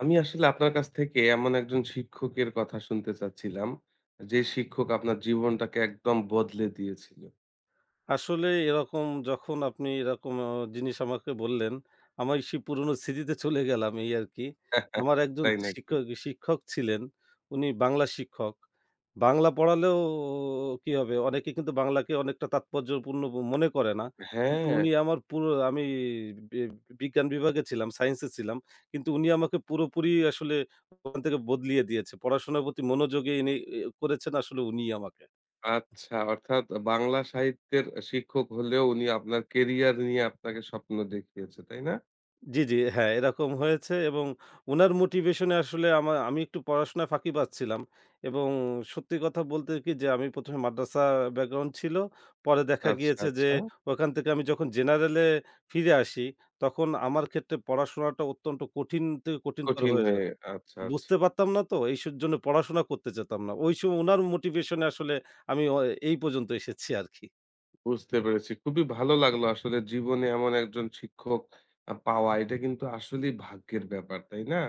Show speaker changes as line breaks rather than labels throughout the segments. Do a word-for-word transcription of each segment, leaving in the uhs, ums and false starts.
আমি আসলে আপনার কাছ থেকে এমন একজন শিক্ষকের কথা শুনতে চাচ্ছিলাম, যে শিক্ষক আপনার জীবনটাকে একদম বদলে দিয়েছিল।
আসলে এরকম যখন আপনি এরকম আ জিনিস আমাকে বললেন, আমার সেই পুরনো স্মৃতিতে চলে গেলাম এই আরকি। আমার একজন
তাই নাকি?
শিক্ষক শিক্ষক ছিলেন, উনি বাংলা শিক্ষক। বাংলা পড়ালেও কি হবে? অনেকে কিন্তু বাংলাকে অনেকটা তাৎপর্যপূর্ণ ব- মনে করে না। কিন্তু
হ্যাঁ,
উনি আমার পুরো আমি বি বিজ্ঞান বিভাগে ছিলাম, সায়েন্সে ছিলাম। কিন্তু উনি আমাকে পুরোপুরি আসলে ওখান থেকে বদলিয়ে দিয়েছে। পড়াশোনার প্রতি মনোযোগী ইনি এ করেছেন আসলে উনিই আমাকে।
আচ্ছা অর্থাৎ বাংলা সাহিত্যের শিক্ষক হলেও উনি আপনার কেরিয়ার নিয়ে আপনাকে স্বপ্ন দেখিয়েছে, তাই না?
জি, জি। হ্যাঁ, এরকম হয়েছে এবং উনার মোটিভেশনে আসলে আমা আমি একটু পড়াশোনায় ফাঁকি পাচ্ছিলাম এবং সত্যি কথা বলতে কি যে আমি ১ম এ মাদ্রাসা ব্যাকগ্রাউন্ড ছিল। পরে দেখা
আচ্ছা,
গিয়েছে যে
আচ্ছা।
ওখান থেকে আমি যখন জেনারেলে ফিরে আসি, তখন আমার ক্ষেত্রে পড়াশোনাটা অত্যন্ত কঠিন থেকে কঠিনতর
কঠিন
হয়ে যায়।
হয়ে আচ্ছা, আচ্ছা।
বুঝতে পারতাম না তো এইসব জন্য পড়াশোনা করতে চেতাম না। ওই সময় উনার মোটিভেশনে আসলে আমি অ এই পর্যন্ত এসেছি আরকি।
বুঝতে পেরেছি। খুবই ভালো লাগলো আসলে জীবনে এমন একজন শিক্ষক আ পাওয়া এটা কিন্তু আসলেই ভাগ্যের ব্যাপার, তাই না?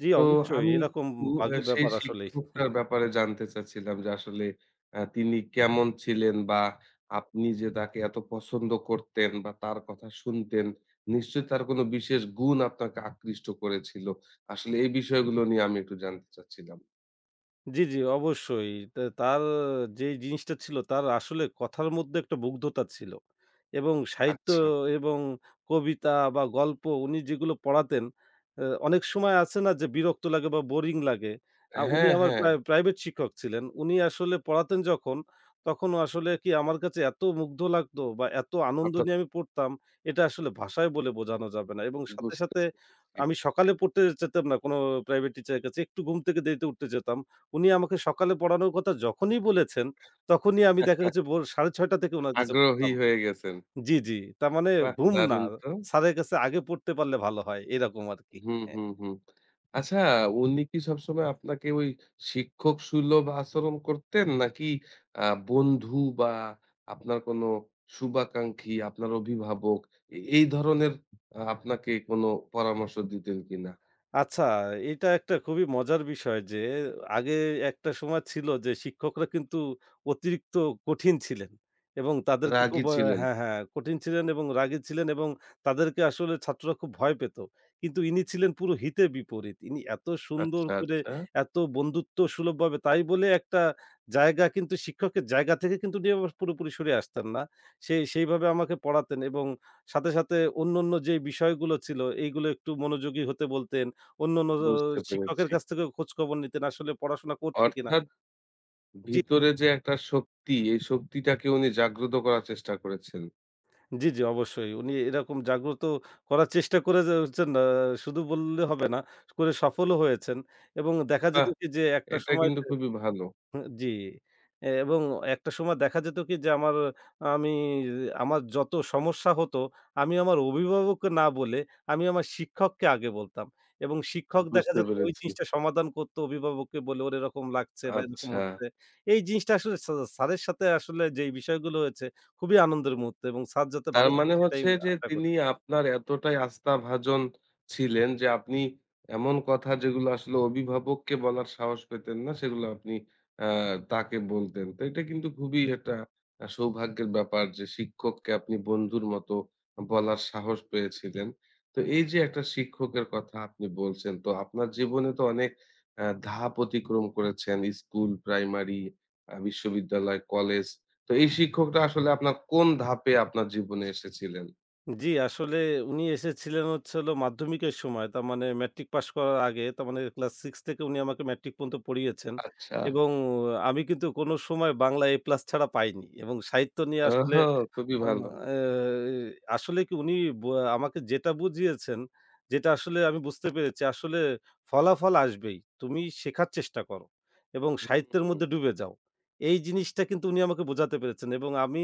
জি,
তো
অবশ্যই
আমি
এরকম
একটু আ
ভাগ্যের
সেই
ব্যাপার আসলেই।
শিক্ষকটার ব্যাপারে জানতে চাচ্ছিলাম যে আসলে আ তিনি কেমন ছিলেন? বা আপনি যে তাকে এত পছন্দ করতেন বা তার কথা শুনতেন, নিশ্চয়ই তার কোনো বিশেষ গুণ আপনাকে আকৃষ্ট করেছিল। আসলে এই বিষয়গুলো নিয়ে আমি একটু জানতে চাচ্ছিলাম।
জি, জি, অবশ্যই। তা তার যেই জিনিসটা ছিল তার আসলে কথার মধ্যে একটা মুগ্ধতা ছিল। এবং সাহিত্য
আচ্ছা।
এবং কবিতা বা গল্প উনি যেগুলো পড়াতেন, আ অনেক সময় আছে না যে বিরক্ত লাগে বা বোরিং লাগে। আ উনি
হ্যাঁ,
আমার
হ্যাঁ।
প্রাই প্রাইভেট শিক্ষক ছিলেন। উনি আসলে পড়াতেন যখন, তখন আসলে কি আমার কাছে এত মুগ্ধ লাগতো বা এত আনন্দ
অর্থাৎ
নিয়ে আমি পড়তাম, এটা আসলে ভাষায় বলে বোঝানো যাবে না। এবং সাথে,
বুঝতে
সাথে
পেরেছি।
আমি সকালে পড়তে যেতাম না কোনো প্রাইভেট টিচারের কাছে। একটু ঘুম থেকে দেরিতে উঠতে যেতাম। উনি আমাকে সকালে পড়ানোর কথা যখনই বলেছেন, তখনই আমি দেখা গেছে ভোর ছটা ত্রিশ থেকে উনার কাছে
আগ্রহী
পড়তাম।
হয়ে গেছেন।
জি, জি। তার মানে
বাহ!
ঘুম না।
দারুণ তো।
স্যারের কাছে আগে পড়তে পারলে ভালো হয়। এরকম আরকি।
হুম, হুম, হুম। আচ্ছা উনি কি সবসময় আপনাকে ওই শিক্ষক সুলভ আচরণ করতেন? নাকি আ বন্ধু বা আপনার কোনো শুভাকাঙ্ক্ষী, আপনার অভিভাবক এ এই ধরনের আ আপনাকে কোনো পরামর্শ দিতেন কিনা?
আচ্ছা, এটা একটা খুবই মজার বিষয় যে আগে একটা সময় ছিল যে শিক্ষকরা কিন্তু অতিরিক্ত কঠিন ছিলেন এবং তাদেরকে
রাগী
খুব আ
ছিলেন?
হ্যাঁ, হ্যাঁ কঠিন ছিলেন এবং রাগী ছিলেন এবং তাদেরকে আসলে ছাত্ররা খুব ভয় পেত। কিন্তু ইনি ছিলেন পুরো হিতে বিপরীত। ইনি এত সুন্দর
আচ্ছা,
করে
আচ্ছা
এত বন্ধুত্ব সুলভভাবে তাই বলে একটা জায়গা কিন্তু শিক্ষকের জায়গা থেকে কিন্তু উনি আবার পুরোপুরি সরে আসতেন না। সে সেইভাবে আমাকে পড়াতেন এবং সাথে, সাথে অন্যান্য যে বিষয়গুলো ছিল এইগুলো একটু মনোযোগী হতে বলতেন। অন্যান্য জ
বুঝতে
শিক্ষকের
পেরেছি।
কাছ থেকেও খোঁজখবর নিতেন আসলে পড়াশোনা করছে কিনা?
অর্থাৎ
জি,
ভিতরে যে একটা শক্তি, এই শক্তিটাকে উনি জাগ্রত করার চেষ্টা করেছেন।
জি, জি, অবশ্যই। উনি এরকম জাগ্রত করার চেষ্টা করে যাচ্ছেন আ শুধু বললে হবে না, করে সফলও হয়েছেন এবং দেখা
বাহ!
যেত কি যে একটা
এটা
সময়
কিন্তু খুবই ভালো।
জি। এবং একটা সময় দেখা যেত কি যে আমার আমি আমার যত সমস্যা হতো আমি আমার অভিভাবককে না বলে আমি আমার শিক্ষককে আগে বলতাম। এবং শিক্ষক দেখা
বুঝতে
যেত ওই
পেরেছি।
জিনিসটা সমাধান করতো অভিভাবককে বলে ওর এরকম লাগছে বা এরকম
আচ্ছা।
হচ্ছে। এই জিনিসটা আসলে স্যা স্যারের সাথে আসলে যেই বিষয়গুলো হয়েছে খুবই আনন্দের মুহূর্ত এবং স্যার যাতে
তার
ভালো থাকে
মানে
সেটাই
হচ্ছে যে
আশা
তিনি
করি।
আপনার এতটাই আস্থাভাজন ছিলেন যে আপনি এমন কথা যেগুলো আসলে অভিভাবককে বলার সাহস পেতেন না সেগুলো আপনি আহ, তাকে বলতেন তো এটা কিন্তু খুবই একটা আহ, সৌভাগ্যের ব্যাপার যে শিক্ষককে আপনি বন্ধুর মতো বলার সাহস পেয়েছিলেন তো এই যে একটা শিক্ষকের কথা আপনি বলছেন তো আপনার জীবনে তো অনেক আহ, ধাপ অতিক্রম করেছেন স্কুল প্রাইমারি বিশ্ববিদ্যালয় কলেজ তো এই শিক্ষকটা আসলে আপনার কোন ধাপে আপনার জীবনে এসেছিলেন?
জি, আসলে উনি এসেছিলেন হচ্ছে হলো মাধ্যমিকের সময়। তার মানে মেট্রিক পাস করার আগে, তার মানে ক্লাস ছয় থেকে উনি আমাকে মেট্রিক পর্যন্ত পড়িয়েছেন
আচ্ছা।
এবং আমি কিন্তু কোনো সময় বাংলা এ প্লাস ছাড়া পাইনি এবং সাহিত্য নিয়ে আসলে
ওহো! খুবই
আ
ভালো।
এ আসলে কি উনি ব আমাকে যেটা বুঝিয়েছেন, যেটা আসলে আমি বুঝতে পেরেছি আসলে ফলাফল আসবেই। তুমি শেখার চেষ্টা করো এবং
হুম,
সাহিত্যের
হুম।
মধ্যে ডুবে যাও। এই জিনিসটা কিন্তু উনি আমাকে বোঝাতে পেরেছেন এবং আমি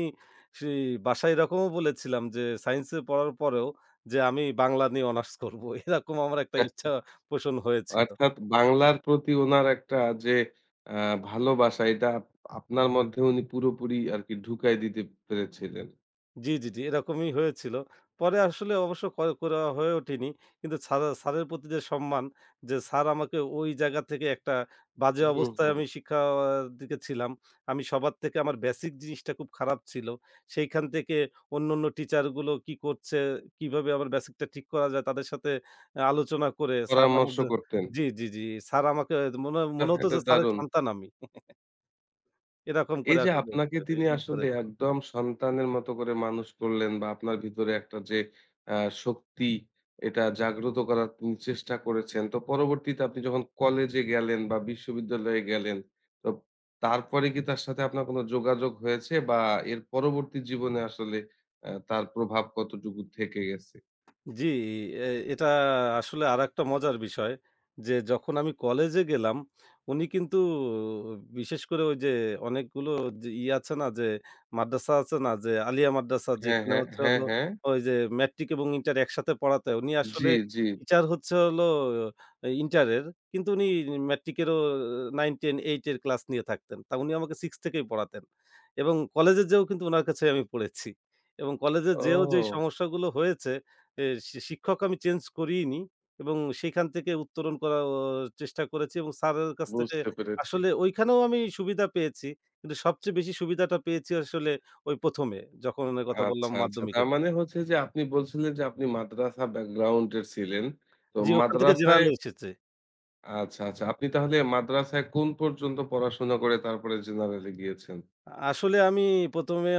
সেই বাসায় এরকমও বলেছিলাম যে সায়েন্স এ পড়ার পরেও যে আমি বাংলা নিয়ে অনার্স করব। এরকম আমার একটা ইচ্ছা পোষণ হয়েছিল।
অর্থাৎ বাংলার প্রতি উনার একটা যে আ ভালোবাসা এটা আপ আপনার মধ্যে উনি পুরোপুরি আরকি ঢুকাই দিতে পেরেছিলেন।
জি, জি, জি, এরকমই হয়েছিল। পরে আসলে অবশ্য ক করা হয়ে ওঠেনি। কিন্তু ছাড়া স্যারের প্রতি যে সম্মান, যে স্যার আমাকে ওই জায়গা থেকে একটা বাজে
হুম,
অবস্থায়
হুম।
আমি শিক্ষার দিকে ছিলাম। আমি সবার থেকে আমার বেসিক জিনিসটা খুব খারাপ ছিল। সেইখান থেকে অন্যান্য টিচারগুলো কি করছে, কিভাবে আমার বেসিকটা ঠিক করা যায় তাদের সাথে আহ, আলোচনা করে স্যার আমার
পরামর্শ
যে
করতেন।
জি, জি, জি, স্যার আমাকে মনে
বাহ!
মনে হতো
এটা
যে স্যারের
দারুণ।
সন্তান আমি। এরকম
এই
করে
যে
আসলে
আপনাকে
আহ,
তিনি
ই করে
আসলে একদম সন্তানের মতো করে মানুষ করলেন বা আপনার ভিতরে একটা যে আ শক্তি এটা জাগ্রত করার তিনি চেষ্টা করেছেন। তো পরবর্তীতে আপনি যখন কলেজে গেলেন বা বিশ্ববিদ্যালয়ে গেলেন, তো তারপরে কি তার সাথে আপনার কোন যোগাযোগ হয়েছে বা এর পরবর্তী জীবনে আসলে আ তার প্রভাব কতটুকু থেকে গেছে?
জি, এ এটা আসলে আরেকটা মজার বিষয় যে যখন আমি কলেজে গেলাম, উনি কিন্তু বিশেষ করে ওই যে অনেকগুলো যে ইয়ে আছে না যে মাদ্রাসা আছে না যে আলিয়া মাদ্রাসা
হ্যাঁ,
যেখানে
হ্যাঁ,
হচ্ছে
হ্যাঁ,
হলো
হ্যাঁ।
ওই যে ম্যাট্রিক এবং ইন্টার একসাথে পড়াতে উনি
জি,
আসলে
জি।
টিচার হচ্ছে হলো ইন্টারের কিন্তু উনি ম্যাট্রিকেরও নয়, দশ, আট এর ক্লাস নিয়ে থাকতেন। তা উনি আমাকে ছয় থেকেই পড়াতেন এবং কলেজে যেয়েও কিন্তু উনার কাছে আমি পড়েছি এবং কলেজে যেয়েও যেই
ও
সমস্যাগুলো হয়েছে এ শি শিক্ষক আমি চেঞ্জ করিইনি এবং সেখান থেকে উত্তরণ করার চেষ্টা করেছি এবং স্যারের কাছ থেকে
বুঝতে পেরেছি।
আসলে ঐখানেও আমি সুবিধা পেয়েছি। কিন্তু সবচেয়ে বেশি সুবিধাটা পেয়েছি আসলে ওই ১ম এ যখন কথা বললাম
আচ্ছা, আচ্ছা। তার
মাধ্যমিকের।
মানে
সময়।
হচ্ছে যে আপনি বলছিলেন যে আপনি মাদ্রাসা ব্যাকগ্রাউন্ড এর ছিলেন। তো
জি, ওখান থেকে
মাদ্রাসায়
জেনারেল এসেছে।
আচ্ছা, আচ্ছা। আপনি তাহলে মাদ্রাসায় কোন পর্যন্ত পড়াশোনা করে তারপরে জেনারেলে গিয়েছেন?
আসলে আমি ১ম এ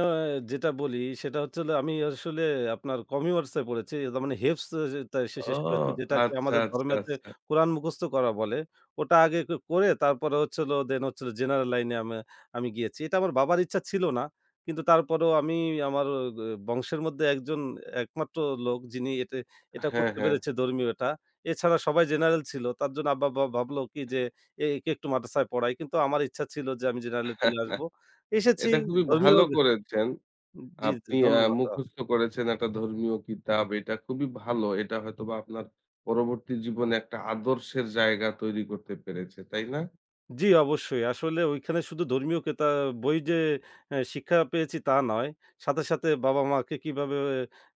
যেটা বলি সেটা হচ্ছে হলো আমি আসলে আপনার কমিউয়ার্সে পড়েছি। তার মানে হেফজ যেটা সে
ও
শেষ করেছি যেটাকে
আচ্ছা,
আমাদের
আচ্ছা,
ধর্মেতে
আচ্ছা।
কোরআন মুখস্থ করা বলে। ওটা আগে ক করে তারপরে হচ্ছে হলো দেন হচ্ছে হলো জেনারেল লাইনে আমি আমি গিয়েছি। এটা আমার বাবার ইচ্ছা ছিল না। কিন্তু তারপরেও আমি আমার গ বংশের মধ্যে একজন একমাত্র লোক যিনি এতে এটা
হ্যাঁ,
করতে
হ্যাঁ।
পেরেছে ধর্মীয়টা। এছাড়া সবাই জেনারেল ছিল। তার জন্য আব্বা ভা ভাবলো কি যে এ একে একটু মাদ্রাসায় পড়াই। কিন্তু আমার ইচ্ছা ছিল যে আমি জেনারেলে চলে আসবো। এসেছি
এটা খুবই
ধর্মীয়
ভালো করেছেন।
জি,
আপনি আ
ধন্যবাদ। আ
মুখস্থ করেছেন একটা ধর্মীয় কিতাব। এটা খুবই ভালো। এটা হয়তোবা আপনার পরবর্তী জীবনে একটা আদর্শের জায়গা তৈরি করতে পেরেছে। তাই না?
জি, অবশ্যই। আসলে ওইখানে শুধু ধর্মীয় কেতা বই যে এ শিক্ষা পেয়েছি তা নয়। সাথে, সাথে বাবা-মাকে কিভাবে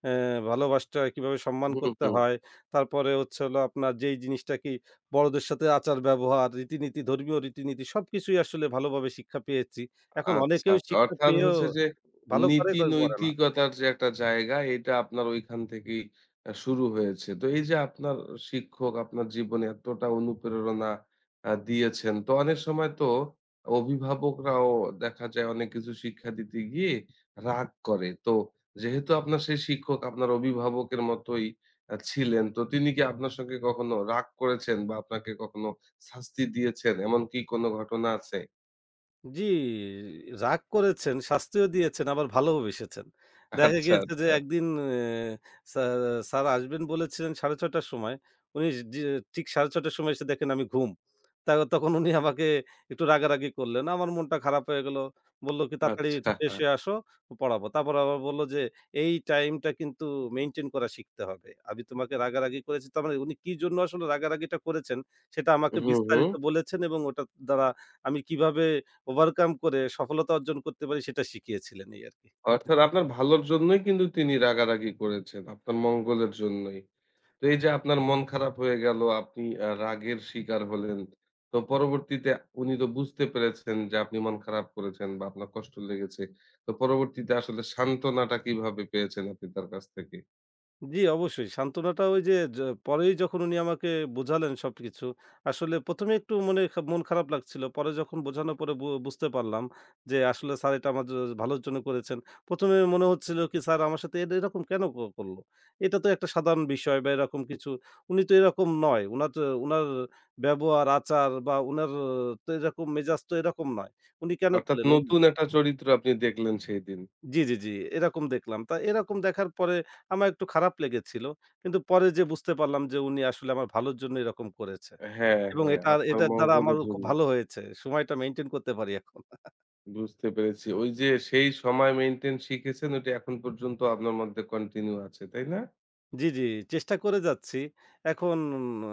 এ ভালোবাসতে হয়, কিভাবে সম্মান
হুম,
করতে
হুম।
হয়। তারপরে হচ্ছে হলো আপনার যেই জিনিসটা কি বড়দের সাথে আচার-ব্যবহার, রীতিনীতি, ধর্মীয় রীতিনীতি সবকিছুই আসলে ভালোভাবে শিক্ষা পেয়েছি। এখন
আচ্ছা,
অনেকেও
আচ্ছা।
শিক্ষা
অর্থাৎ
পেয়েও
হচ্ছে যে
ভালো করে, কেউ করে না।
নীতি-নৈতিকতার যে একটা জায়গা এটা আপনার ঐখান থেকেই আ শুরু হয়েছে। তো এই যে আপনার শিক্ষক আপনার জীবনে এতটা অনুপ্রেরণা আ দিয়েছেন। তো অনেক সময় তো অভিভাবকরাও দেখা যায় অনেক কিছু শিক্ষা দিতে গিয়ে রাগ করে। তো যেহেতু আপনার সেই শিক্ষক আপনার অভিভাবকের মতোই আ ছিলেন, তো তিনি কি আপনার সঙ্গে কখনো রাগ করেছেন বা আপনাকে কখনো শাস্তি দিয়েছেন? এমন কি কোনো ঘটনা আছে?
জি, রাগ করেছেন, শাস্তিও দিয়েছেন, আবার ভালোবেসেছেন। দেখা
আচ্ছা,
গিয়েছে যে
আচ্ছা।
একদিন অ্যা সা স্যার আসবেন বলেছিলেন ছটা ত্রিশ র সময়। উনি যে ঠিক ছটা ত্রিশ র সময় এসে দেখেন আমি ঘুম। তা তখন উনি আমাকে একটু রাগারাগি করলেন। আমার মনটা খারাপ হয়ে গেল। বলল কি "তাড়াতাড়ি
আচ্ছা।
ফ্রেশ হয়ে আসো, পড়াবো।" তারপর আবার বলল যে "এই টাইমটা কিন্তু মেইনটেইন করা শিখতে হবে। আমি তোমাকে রাগারাগি করেছি।" তার মানে উনি কি জন্য আসলে রাগারাগিটা করেছেন সেটা আমাকে
হুম, হুম।
বিস্তারিত বলেছেন এবং ওটার দ্বারা আমি কিভাবে ওভারকাম করে সফলতা অর্জন করতে পারি সেটা শিখিয়েছিলেন এই আরকি।
অর্থাৎ আপনার ভালোর জন্যই কিন্তু তিনি রাগারাগি করেছেন। আপনার মঙ্গলের জন্যই। তো এই যে আপনার মন খারাপ হয়ে গেল, আপনি আ রাগের শিকার হলেন। তো পরবর্তীতে উনি তো বুঝতে পেরেছেন যে আপনি মন খারাপ করেছেন বা আপনার কষ্ট লেগেছে। তো পরবর্তীতে আসলে সান্ত্বনাটা কিভাবে পেয়েছেন আপনি তার কাছ থেকে?
জি, অবশ্যই সান্ত্বনাটা ওই যে য পরেই যখন উনি আমাকে বোঝালেন সবকিছু, আসলে ১ম এ একটু মনে খা মন খারাপ লাগছিল। পরে যখন বোঝানোর পরে বু বুঝতে পারলাম যে আসলে স্যার এটা আমার জ ভালোর জন্য করেছেন। ১ম এ মনে হচ্ছিল কি স্যার আমার সাথে এর এরকম কেন ক করলো? এটা তো একটা সাধারণ বিষয় বা এরকম কিছু। উনি তো এরকম নয়। উনার তো উনার ব্যবহার, আচার বা উনার তো এরকম মেজাজ তো এরকম নয়। উনি কেন
অর্থাৎ
করলেন? উনি
নতুন একটা চরিত্র আপনি দেখলেন সেইদিন।
জি, জি, জি। এরকম দেখলাম। তা এরকম দেখার পরে আমার একটু খারাপ লেগেছিল। কিন্তু পরে যেয়ে বুঝতে পারলাম যে উনি আসলে আমার ভালোর জন্য এরকম করেছে।
হ্যাঁ,
এবং
হ্যাঁ,
এটার
আপনার
এটার দ্বারা আমার
মঙ্গলের
খুব
জন্য।
ভালো হয়েছে। সময়টা মেইনটেইন করতে পারি এখন।
বুঝতে পেরেছি। ওই যে সেই সময় মেইনটেইন শিখেছেন ওইটা এখন পর্যন্ত আপনার মধ্যে কন্টিনিউ আছে, তাই না?
জি, জি, চেষ্টা করে যাচ্ছি। এখন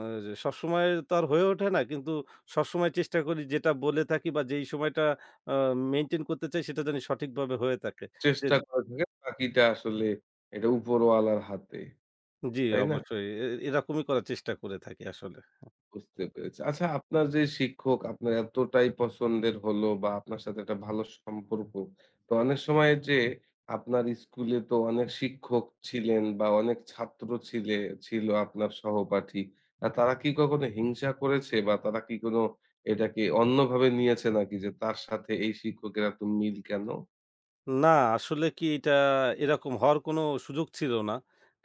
আ সবসময় তো আর হয়ে ওঠে না। কিন্তু সবসময় চেষ্টা করি যেটা বলে থাকি বা যেই সময়টা আ মেইনটেইন করতে চাই সেটা যেন সঠিকভাবে হয়ে থাকে। এর
চেষ্টা করে থাকেন বাকিটা আসলে এটা উপরওয়ালার হাতে,
জি,
তাই না?
অবশ্যই। এ এরকমই করার চেষ্টা করে থাকি আসলে।
বুঝতে পেরেছি। আচ্ছা আপনার যে শিক্ষক আপনার এতটাই পছন্দের হলো বা আপনার সাথে একটা ভালো সম্পর্ক। তো অনেক সময় যে আপনার স্কুলে তো অনেক শিক্ষক ছিলেন বা অনেক ছাত্র ছিলে ছিল আপনার সহপাঠী। আ তারা কি কখনো হিংসা করেছে বা তারা কি কোনো এটাকে অন্যভাবে নিয়েছে নাকি যে তার সাথে এই শিক্ষকের এত মিল কেন?
না, আসলে কি এটা এরকম হওয়ার কোনো সুযোগ ছিল না।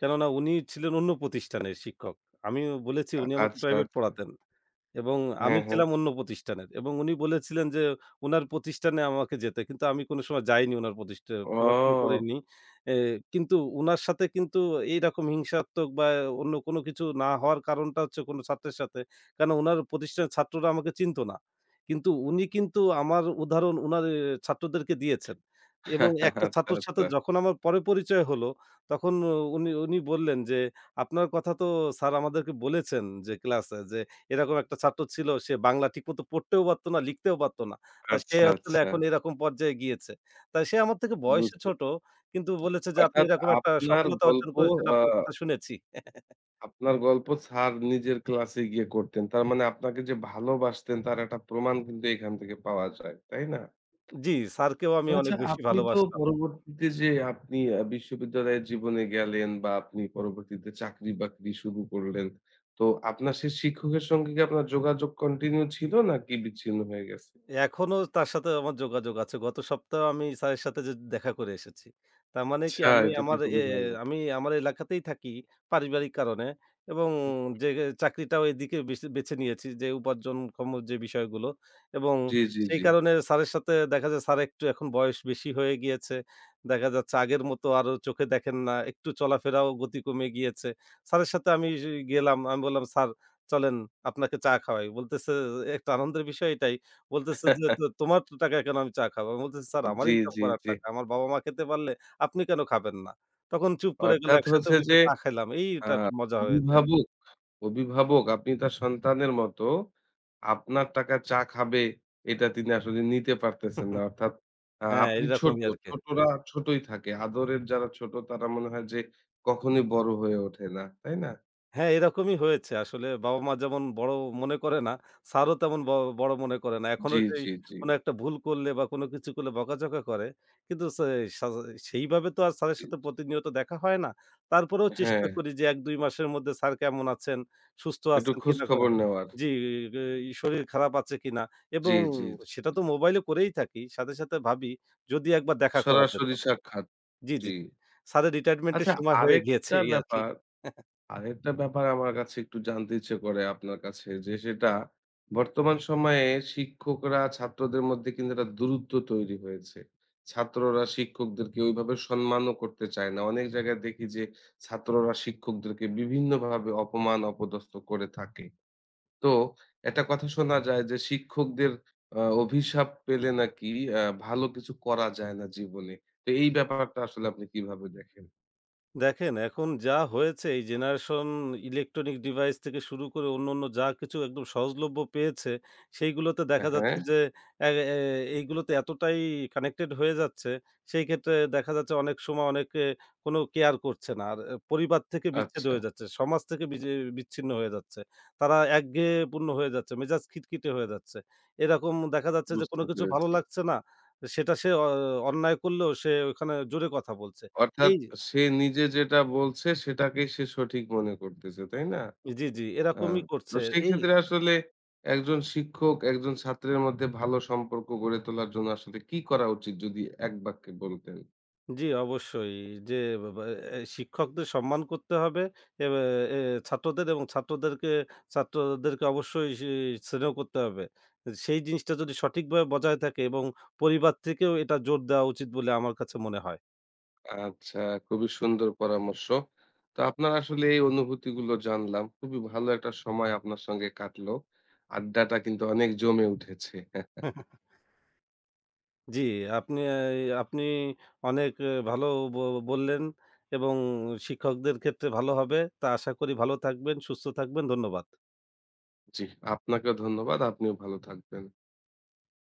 কেননা উনি ছিলেন অন্য প্রতিষ্ঠানের শিক্ষক। আমিও বলেছি
আ
উনি আমাকে
আচ্ছা,
প্রাইভেট
আচ্ছা।
পড়াতেন। এবং আমি
হ্যাঁ, হ্যাঁ।
ছিলাম অন্য প্রতিষ্ঠানের এবং উনি বলেছিলেন যে উনার প্রতিষ্ঠানে আমাকে যেতে। কিন্তু আমি কোনো সময় যাইনি উনার প্রতিষ্ঠা পড়াশোনা
ও
করিনি। এ কিন্তু উনার সাথে কিন্তু এইরকম হিংসাত্মক বা অন্য কোনো কিছু না হওয়ার কারণটা হচ্ছে কোনো ছাত্রের সাথে। কেন উনার প্রতিষ্ঠানের ছাত্ররা আমাকে চিনত না। কিন্তু উনি কিন্তু আমার উদাহরণ উনার এ ছাত্রদেরকে দিয়েছেন। এবং একটা
আচ্ছা,
ছাত্রর সাথে
আচ্ছা।
যখন আমার পরে পরিচয় হলো, তখন উনি, উনি বললেন যে, "আপনার কথা তো স্যার আমাদেরকে বলেছেন যে ক্লাসে যে এরকম একটা ছাত্র ছিল সে বাংলা ঠিকমতো পড়তেও পারত না, লিখতেও পারত না। তা সে
আচ্ছা,
হচ্ছে হলো
আচ্ছা।
এখন এরকম পর্যায়ে গিয়েছে। তা সে আমার থেকে বয়সে
বুঝতে
ছোট কিন্তু বলেছে যে, "আপনি
অর্থাৎ
এরকম একটা
আপনার
সফলতা অর্জন
গল্প
করেছেন,
আ
আপনার কথা শুনেছি।"
আপনার গল্প স্যার নিজের ক্লাসে গিয়ে করতেন। তার মানে আপনাকে যে ভালোবাসতেন তার একটা প্রমাণ কিন্তু এখান থেকে পাওয়া যায়। তাই না?
জি, স্যারকেও
তো
আমি
আচ্ছা
অনেক বেশি
আপনি তো
ভালোবাসতাম।
পরবর্তীতে যে আপনি আ বিশ্ববিদ্যালয়ের জীবনে গেলেন বা আপনি পরবর্তীতে চাকরি-বাকরি শুরু করলেন। তো আপনার সেই শিক্ষকের সঙ্গে কি আপনার যোগাযোগ কন্টিনিউ ছিল নাকি বিচ্ছিন্ন হয়ে গেছে?
এখনো তার সাথে আমার যোগাযোগ আছে। গত সপ্তাহেও আমি স্যারের সাথে যে দেখা করে এসেছি। তার মানে কি
আচ্ছা
আমি
এটা তো
আমার এ
খুবই ভালো।
আমি আমার এলাকাতেই থাকি পারিবারিক কারণে এবং যে চাকরিটাও এদিকে বেছে বেছে নিয়েছি যে উপার্জনক্ষম যে বিষয়গুলো এবং
জি, জি,
সেই
জি।
কারণে স্যারের সাথে দেখা যায় স্যার একটু এখন বয়স বেশি হয়ে গিয়েছে। দেখা যাচ্ছে আগের মতো আরো চোখে দেখেন না। একটু চলাফেরাও গতি কমে গিয়েছে। স্যারের সাথে আমি গেলাম। আমি বললাম, "স্যার চলেন আপনাকে চা খাওয়াই।" বলতেছে একটা আনন্দের বিষয় এটাই বলতেছে যে, "তো তোমার তো টাকায় কেন আমি চা খাবো?" আমি বলতেছি, "স্যার আমার
জি,
ইনকাম
জি,
করার
জি।
টাকা। আমার বাবা-মা খেতে পারলে আপনি কেন খাবেন না?" তখন চুপ করে গেল।
অর্থাৎ
একসাথে
হচ্ছে
বসে
যে
চা খাইলাম।
আ
এইটার মজা হয়েছে।
অভিভাবক অভিভাবক আপনি তার সন্তানের মতো আপনার টাকা চা খাবে এটা তিনি আসলে নিতে পারতেছেন না। অর্থাৎ আ
হ্যাঁ,
আপনি ছোট,
এইরকমই আরকি।
ছোটরা ছোটই থাকে। আদরের যারা ছোট তারা মনে হয় যে কখনোই বড় হয়ে ওঠে না। তাই না?
হ্যাঁ, এরকমই হয়েছে। আসলে বাবা-মা যেমন বড় মনে করে না, স্যারও তেমন ব বড় মনে করে না। এখনো
জি,
সেই
জি, জি,
কোনো একটা ভুল করলে বা কোনো কিছু করলে বকাঝকা করে। কিন্তু সে সা সেইভাবে তো আর স্যারের
জি,
সাথে
জি।
প্রতিনিয়ত দেখা হয় না। তারপরেও
হ্যাঁ,
চেষ্টা করি যে এক দুই মাসের মধ্যে স্যার কেমন আছেন, সুস্থ
একটু
আছেন
খোঁজ
কিনা ক
খবর নেওয়ার।
জি, ই শরীর খারাপ আছে কিনা
জি,
এবং
জি,
সেটা
জি।
তো মোবাইলে করেই থাকি। সাথে, সাথে ভাবি যদি একবার দেখা করা যেত।
সরাসরি সাক্ষাৎ।
জি, জি,
জি।
জি। স্যারের রিটায়ারমেন্টের
আচ্ছা
সময় হয়ে গিয়েছে
আরেকটা
এই আরকি।
ব্যাপার আরেকটা ব্যাপার আমার কাছে একটু জানতে ইচ্ছে করে আপনার কাছে যে সেটা বর্তমান সময়ে শিক্ষকরা ছাত্রদের মধ্যে কিন্তু একটা দূরত্ব তৈরি হয়েছে। ছাত্ররা শিক্ষকদেরকে ওইভাবে সম্মানও করতে চায় না। অনেক জায়গায় দেখি যে ছাত্ররা শিক্ষকদেরকে বিভিন্নভাবে অপমান অপদস্থ করে থাকে। তো একটা কথা শোনা যায় যে শিক্ষকদের আ অভিশাপ পেলে নাকি আ ভালো কিছু করা যায় না জীবনে। তো এই ব্যাপারটা আসলে আপনি কিভাবে দেখেন?
দেখেন, এখন যা হয়েছে এই জেনারেশন ইলেকট্রনিক ডিভাইস থেকে শুরু করে অন্যান্য যা কিছু একদম সহজলভ্য পেয়েছে, সেইগুলোতে
হ্যাঁ,
দেখা
হ্যাঁ?
যাচ্ছে যে এ এ এইগুলোতে এতটাই কানেক্টেড হয়ে যাচ্ছে, সেই ক্ষেত্রে দেখা যাচ্ছে অনেক সময় অনেকে কোনো কেয়ার করছে না। আর এ পরিবার থেকে বিচ্ছেদ
আচ্ছা
হয়ে যাচ্ছে, সমাজ থেকে বিজে বিচ্ছিন্ন হয়ে যাচ্ছে। তারা একঘেয়েপূর্ণ হয়ে যাচ্ছে, মেজাজ খিটখিটে হয়ে যাচ্ছে। এরকম দেখা যাচ্ছে যে
বুঝতে
কোনো কিছু ভালো
পেরেছি।
লাগছে না, সেটা সে অ অন্যায় করলেও সে ওখানে জোরে কথা বলছে।
অর্থাৎ
এই
সে নিজে যেটা বলছে সেটাকেই সে সঠিক মনে করতেছে, তাই না?
জি, জি,
আ
এরকমই
তো
করছে। এই
সেক্ষেত্রে আসলে একজন শিক্ষক একজন ছাত্রের মধ্যে ভালো সম্পর্ক গড়ে তোলার জন্য আসলে কি করা উচিত যদি এক বাক্যে বলতেন?
জি, অবশ্যই যে বা বা এ শিক্ষকদের সম্মান করতে হবে এবা এ ছাত্রদের এবং ছাত্রদেরকে ছাত্রদেরকে অবশ্যই সে স্নেহ করতে হবে। সেই জিনিসটা যদি সঠিকভাবে বজায় থাকে এবং পরিবার থেকেও এটা জোর দেওয়া উচিত বলে আমার কাছে মনে হয়।
আচ্ছা, খুবই সুন্দর পরামর্শ। তো আপনার আসলে এই অনুভূতিগুলো জানলাম। খুবই ভালো একটা সময় আপনার সঙ্গে কাটলো। আড্ডাটা কিন্তু অনেক জমে উঠেছে।
জি, আপনি আ আপনি অনেক আহ, ভালো ব বললেন এবং শিক্ষকদের ক্ষেত্রে ভালো হবে। তা আশা করি ভালো থাকবেন, সুস্থ থাকবেন। ধন্যবাদ।
জি, আপনাকেও ধন্যবাদ। আপনিও ভালো থাকবেন।